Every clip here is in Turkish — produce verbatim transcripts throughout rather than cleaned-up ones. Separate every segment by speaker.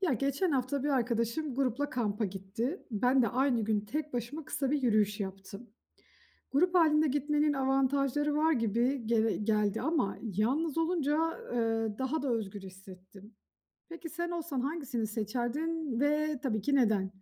Speaker 1: Ya geçen hafta bir arkadaşım grupla kampa gitti. Ben de aynı gün tek başıma kısa bir yürüyüş yaptım. Grup halinde gitmenin avantajları var gibi gele- geldi ama yalnız olunca e, daha da özgür hissettim. Peki sen olsan hangisini seçerdin ve tabii ki neden?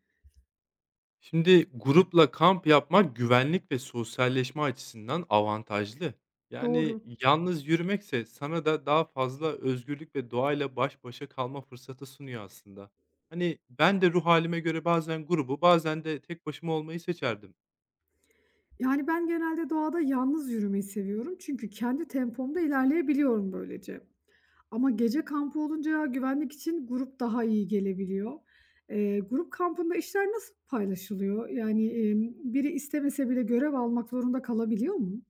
Speaker 2: Şimdi grupla kamp yapmak güvenlik ve sosyalleşme açısından avantajlı. Yani
Speaker 1: Doğru.
Speaker 2: yalnız yürümekse sana da daha fazla özgürlük ve doğayla baş başa kalma fırsatı sunuyor aslında. Hani ben de ruh halime göre bazen grubu, bazen de tek başıma olmayı seçerdim.
Speaker 1: Yani ben genelde doğada yalnız yürümeyi seviyorum çünkü kendi tempomda ilerleyebiliyorum böylece. Ama gece kampı olunca ya güvenlik için grup daha iyi gelebiliyor. Eee, grup kampında işler nasıl paylaşılıyor? Yani, emm, biri istemese bile görev almak zorunda kalabiliyor mu?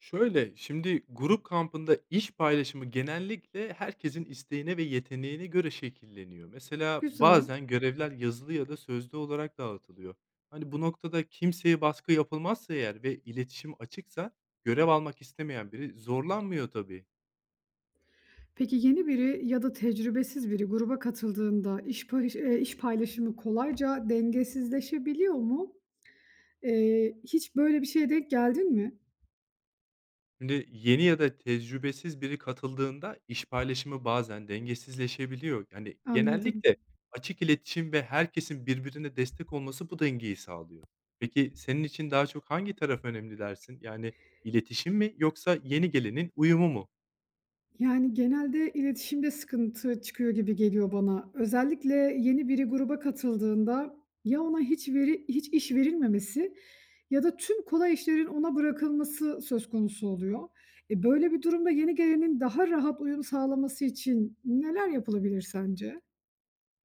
Speaker 2: Şöyle, şimdi grup kampında iş paylaşımı genellikle herkesin isteğine ve yeteneğine göre şekilleniyor. Mesela
Speaker 1: Güzel.
Speaker 2: bazen görevler yazılı ya da sözlü olarak dağıtılıyor. Hani bu noktada kimseye baskı yapılmazsa eğer ve iletişim açıksa görev almak istemeyen biri zorlanmıyor tabii.
Speaker 1: Peki yeni biri ya da tecrübesiz biri gruba katıldığında iş payış eee, iş paylaşımı kolayca dengesizleşebiliyor mu? Eee, hiç böyle bir şeye denk geldin mi?
Speaker 2: Şimdi yeni ya da tecrübesiz biri katıldığında iş paylaşımı bazen dengesizleşebiliyor. Yani
Speaker 1: Anladım.
Speaker 2: genellikle açık iletişim ve herkesin birbirine destek olması bu dengeyi sağlıyor. Peki senin için daha çok hangi taraf önemli dersin? Yani iletişim mi yoksa yeni gelenin uyumu mu?
Speaker 1: Yani, genelde iletişimde sıkıntı çıkıyor gibi geliyor bana. Özellikle yeni biri gruba katıldığında ya ona hiç veri hiç iş verilmemesi ya da tüm kolay işlerin ona bırakılması söz konusu oluyor. E, böyle bir durumda yeni gelenin daha rahat uyum sağlaması için neler yapılabilir sence?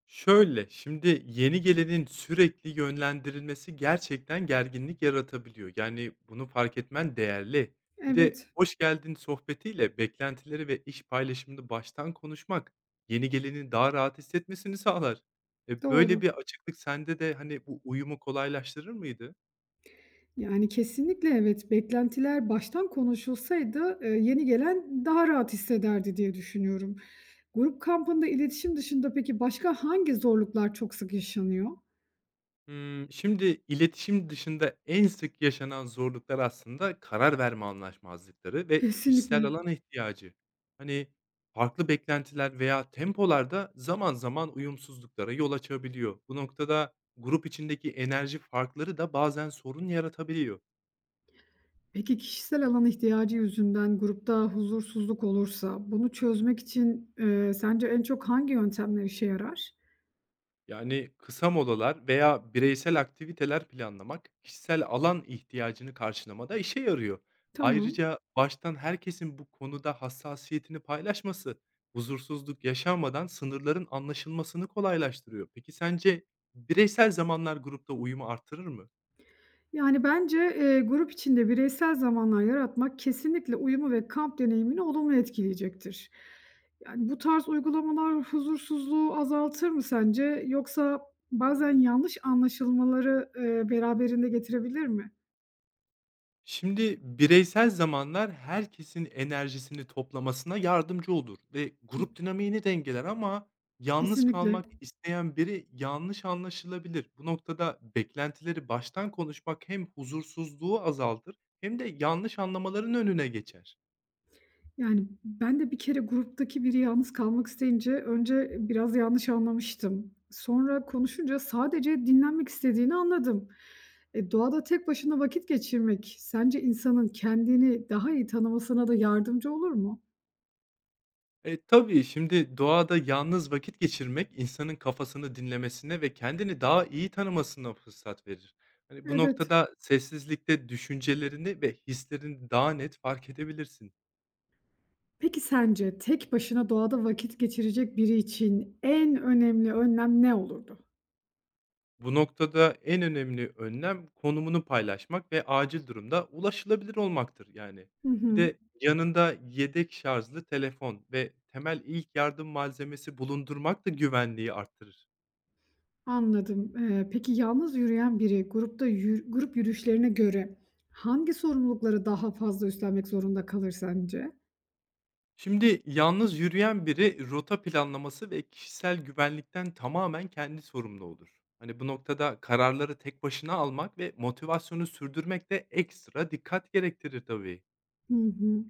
Speaker 2: Şöyle, şimdi yeni gelenin sürekli yönlendirilmesi gerçekten gerginlik yaratabiliyor. Yani bunu fark etmen değerli. Bir de
Speaker 1: Evet,
Speaker 2: hoş geldin sohbetiyle beklentileri ve iş paylaşımını baştan konuşmak yeni gelenin daha rahat hissetmesini sağlar. E, böyle
Speaker 1: doğru.
Speaker 2: bir açıklık sende de hani bu uyumu kolaylaştırır mıydı?
Speaker 1: Yani, kesinlikle evet. Beklentiler baştan konuşulsaydı, eee, yeni gelen daha rahat hissederdi diye düşünüyorum. Grup kampında iletişim dışında peki başka hangi zorluklar çok sık yaşanıyor?
Speaker 2: Hımm, şimdi iletişim dışında en sık yaşanan zorluklar aslında karar verme anlaşmazlıkları ve kişisel
Speaker 1: Kesinlikle.
Speaker 2: alan ihtiyacı. Hani, farklı beklentiler veya tempolarda zaman zaman uyumsuzluklara yol açabiliyor. Bu noktada grup içindeki enerji farkları da bazen sorun yaratabiliyor.
Speaker 1: Peki kişisel alan ihtiyacı yüzünden grupta huzursuzluk olursa bunu çözmek için, eee, sence en çok hangi yöntemler işe yarar?
Speaker 2: Yani, kısa molalar veya bireysel aktiviteler planlamak, kişisel alan ihtiyacını karşılamada işe yarıyor.
Speaker 1: Tamam.
Speaker 2: Ayrıca baştan herkesin bu konuda hassasiyetini paylaşması, huzursuzluk yaşanmadan sınırların anlaşılmasını kolaylaştırıyor. Peki sence bireysel zamanlar grupta uyumu artırır mı?
Speaker 1: Yani, bence, eee, grup içinde bireysel zamanlar yaratmak kesinlikle uyumu ve kamp deneyimini olumlu etkileyecektir. Yani, bu tarz uygulamalar huzursuzluğu azaltır mı sence yoksa bazen yanlış anlaşılmaları, eee, beraberinde getirebilir mi?
Speaker 2: Şimdi bireysel zamanlar herkesin enerjisini toplamasına yardımcı olur ve
Speaker 1: Kes
Speaker 2: grup dinamiğini dengeler ama yalnız
Speaker 1: Kesinlikle.
Speaker 2: kalmak isteyen biri yanlış anlaşılabilir. Bu noktada beklentileri baştan konuşmak hem huzursuzluğu azaltır hem de yanlış anlamaların önüne geçer.
Speaker 1: Yani, ben de bir kere gruptaki biri yalnız kalmak isteyince önce biraz yanlış anlamıştım. Sonra konuşunca sadece dinlenmek istediğini anladım. E, doğada tek başına vakit geçirmek sence insanın kendini daha iyi tanımasına da yardımcı olur mu?
Speaker 2: E, tabii şimdi doğada yalnız vakit geçirmek insanın kafasını dinlemesine ve kendini daha iyi tanımasına fırsat verir. Hani bu
Speaker 1: Evet.
Speaker 2: noktada sessizlikte düşüncelerini ve hislerini daha net fark edebilirsin.
Speaker 1: Peki sence tek başına doğada vakit geçirecek biri için en önemli önlem ne olurdu?
Speaker 2: Bu noktada en önemli önlem konumunu paylaşmak ve acil durumda ulaşılabilir olmaktır yani.
Speaker 1: Hı
Speaker 2: Bir
Speaker 1: hı.
Speaker 2: de yanında yedek şarjlı telefon ve temel ilk yardım malzemesi bulundurmak da güvenliği arttırır.
Speaker 1: Anladım. Eee, peki yalnız yürüyen biri grupta yür grup yürüyüşlerine göre hangi sorumlulukları daha fazla üstlenmek zorunda kalır sence?
Speaker 2: Şimdi yalnız yürüyen biri rota planlaması ve kişisel güvenlikten tamamen kendi sorumlu olur. Hani bu noktada kararları tek başına almak ve motivasyonu sürdürmek de ekstra dikkat gerektirir tabii.
Speaker 1: Hı hı.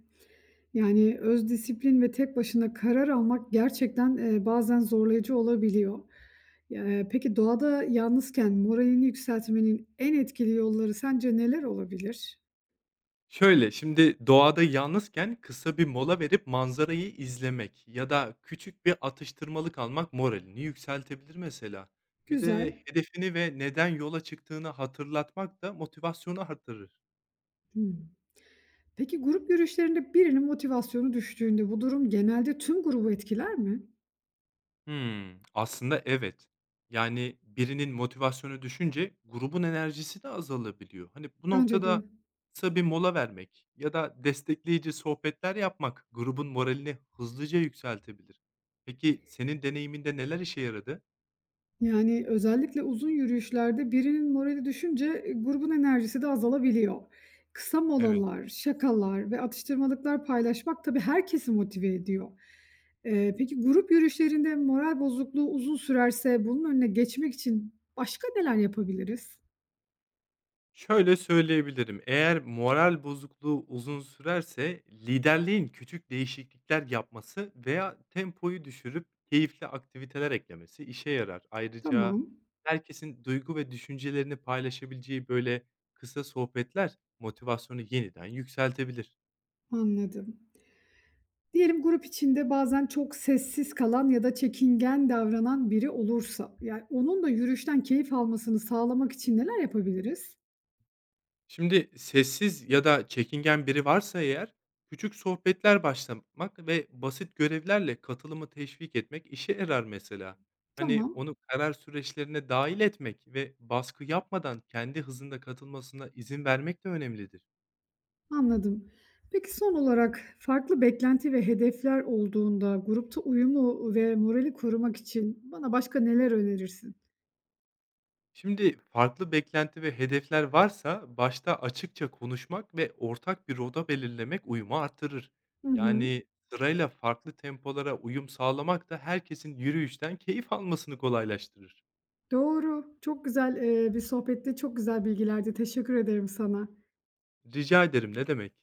Speaker 1: Yani öz disiplin ve tek başına karar almak gerçekten, eee, bazen zorlayıcı olabiliyor. Eee, peki doğada yalnızken moralini yükseltmenin en etkili yolları sence neler olabilir?
Speaker 2: Şöyle şimdi doğada yalnızken kısa bir mola verip manzarayı izlemek ya da küçük bir atıştırmalık almak moralini yükseltebilir mesela. Bir
Speaker 1: Güzel.
Speaker 2: de hedefini ve neden yola çıktığını hatırlatmak da motivasyonu artırır.
Speaker 1: Hımm. Peki grup yürüyüşlerinde birinin motivasyonu düştüğünde bu durum genelde tüm grubu etkiler mi?
Speaker 2: Hmm, aslında evet. Yani, birinin motivasyonu düşünce grubun enerjisi de azalabiliyor. Hani, bu
Speaker 1: Bence
Speaker 2: noktada
Speaker 1: de.
Speaker 2: kısa bir mola vermek ya da destekleyici sohbetler yapmak grubun moralini hızlıca yükseltebilir. Peki senin deneyiminde neler işe yaradı?
Speaker 1: Yani, özellikle uzun yürüyüşlerde birinin morali düşünce, eee, grubun enerjisi de azalabiliyor. Kısa
Speaker 2: Evet.
Speaker 1: molalar, şakalar ve atıştırmalıklar paylaşmak tabii herkesi motive ediyor. Eee, peki grup yürüyüşlerinde moral bozukluğu uzun sürerse bunun önüne geçmek için başka neler yapabiliriz?
Speaker 2: Şöyle söyleyebilirim, eğer moral bozukluğu uzun sürerse liderliğin küçük değişiklikler yapması veya tempoyu düşürüp keyifli aktiviteler eklemesi işe yarar. Ayrıca
Speaker 1: Tamam,
Speaker 2: herkesin duygu ve düşüncelerini paylaşabileceği böyle kısa sohbetler motivasyonu yeniden yükseltebilir.
Speaker 1: anladım. Diyelim grup içinde bazen çok sessiz kalan ya da çekingen davranan biri olursa, yani, onun da yürüyüşten keyif almasını sağlamak için neler yapabiliriz?
Speaker 2: Şimdi sessiz ya da çekingen biri varsa eğer, küçük sohbetler başlatmak ve basit görevlerle katılımı teşvik etmek işe yarar mesela. Hani
Speaker 1: Tamam.
Speaker 2: onu karar süreçlerine dahil etmek ve baskı yapmadan kendi hızında katılmasına izin vermek de önemlidir.
Speaker 1: Anladım. Peki son olarak farklı beklenti ve hedefler olduğunda grupta uyumu ve morali korumak için bana başka neler önerirsin?
Speaker 2: Şimdi farklı beklenti ve hedefler varsa başta açıkça konuşmak ve ortak bir roda belirlemek uyumu artırır.
Speaker 1: Hı hı.
Speaker 2: Yani sırayla farklı tempolara uyum sağlamak da herkesin yürüyüşten keyif almasını kolaylaştırır.
Speaker 1: Doğru. Çok güzel, eee, bir sohbetti. Çok güzel bilgilerdi. Teşekkür ederim sana.
Speaker 2: Rica ederim, ne demek.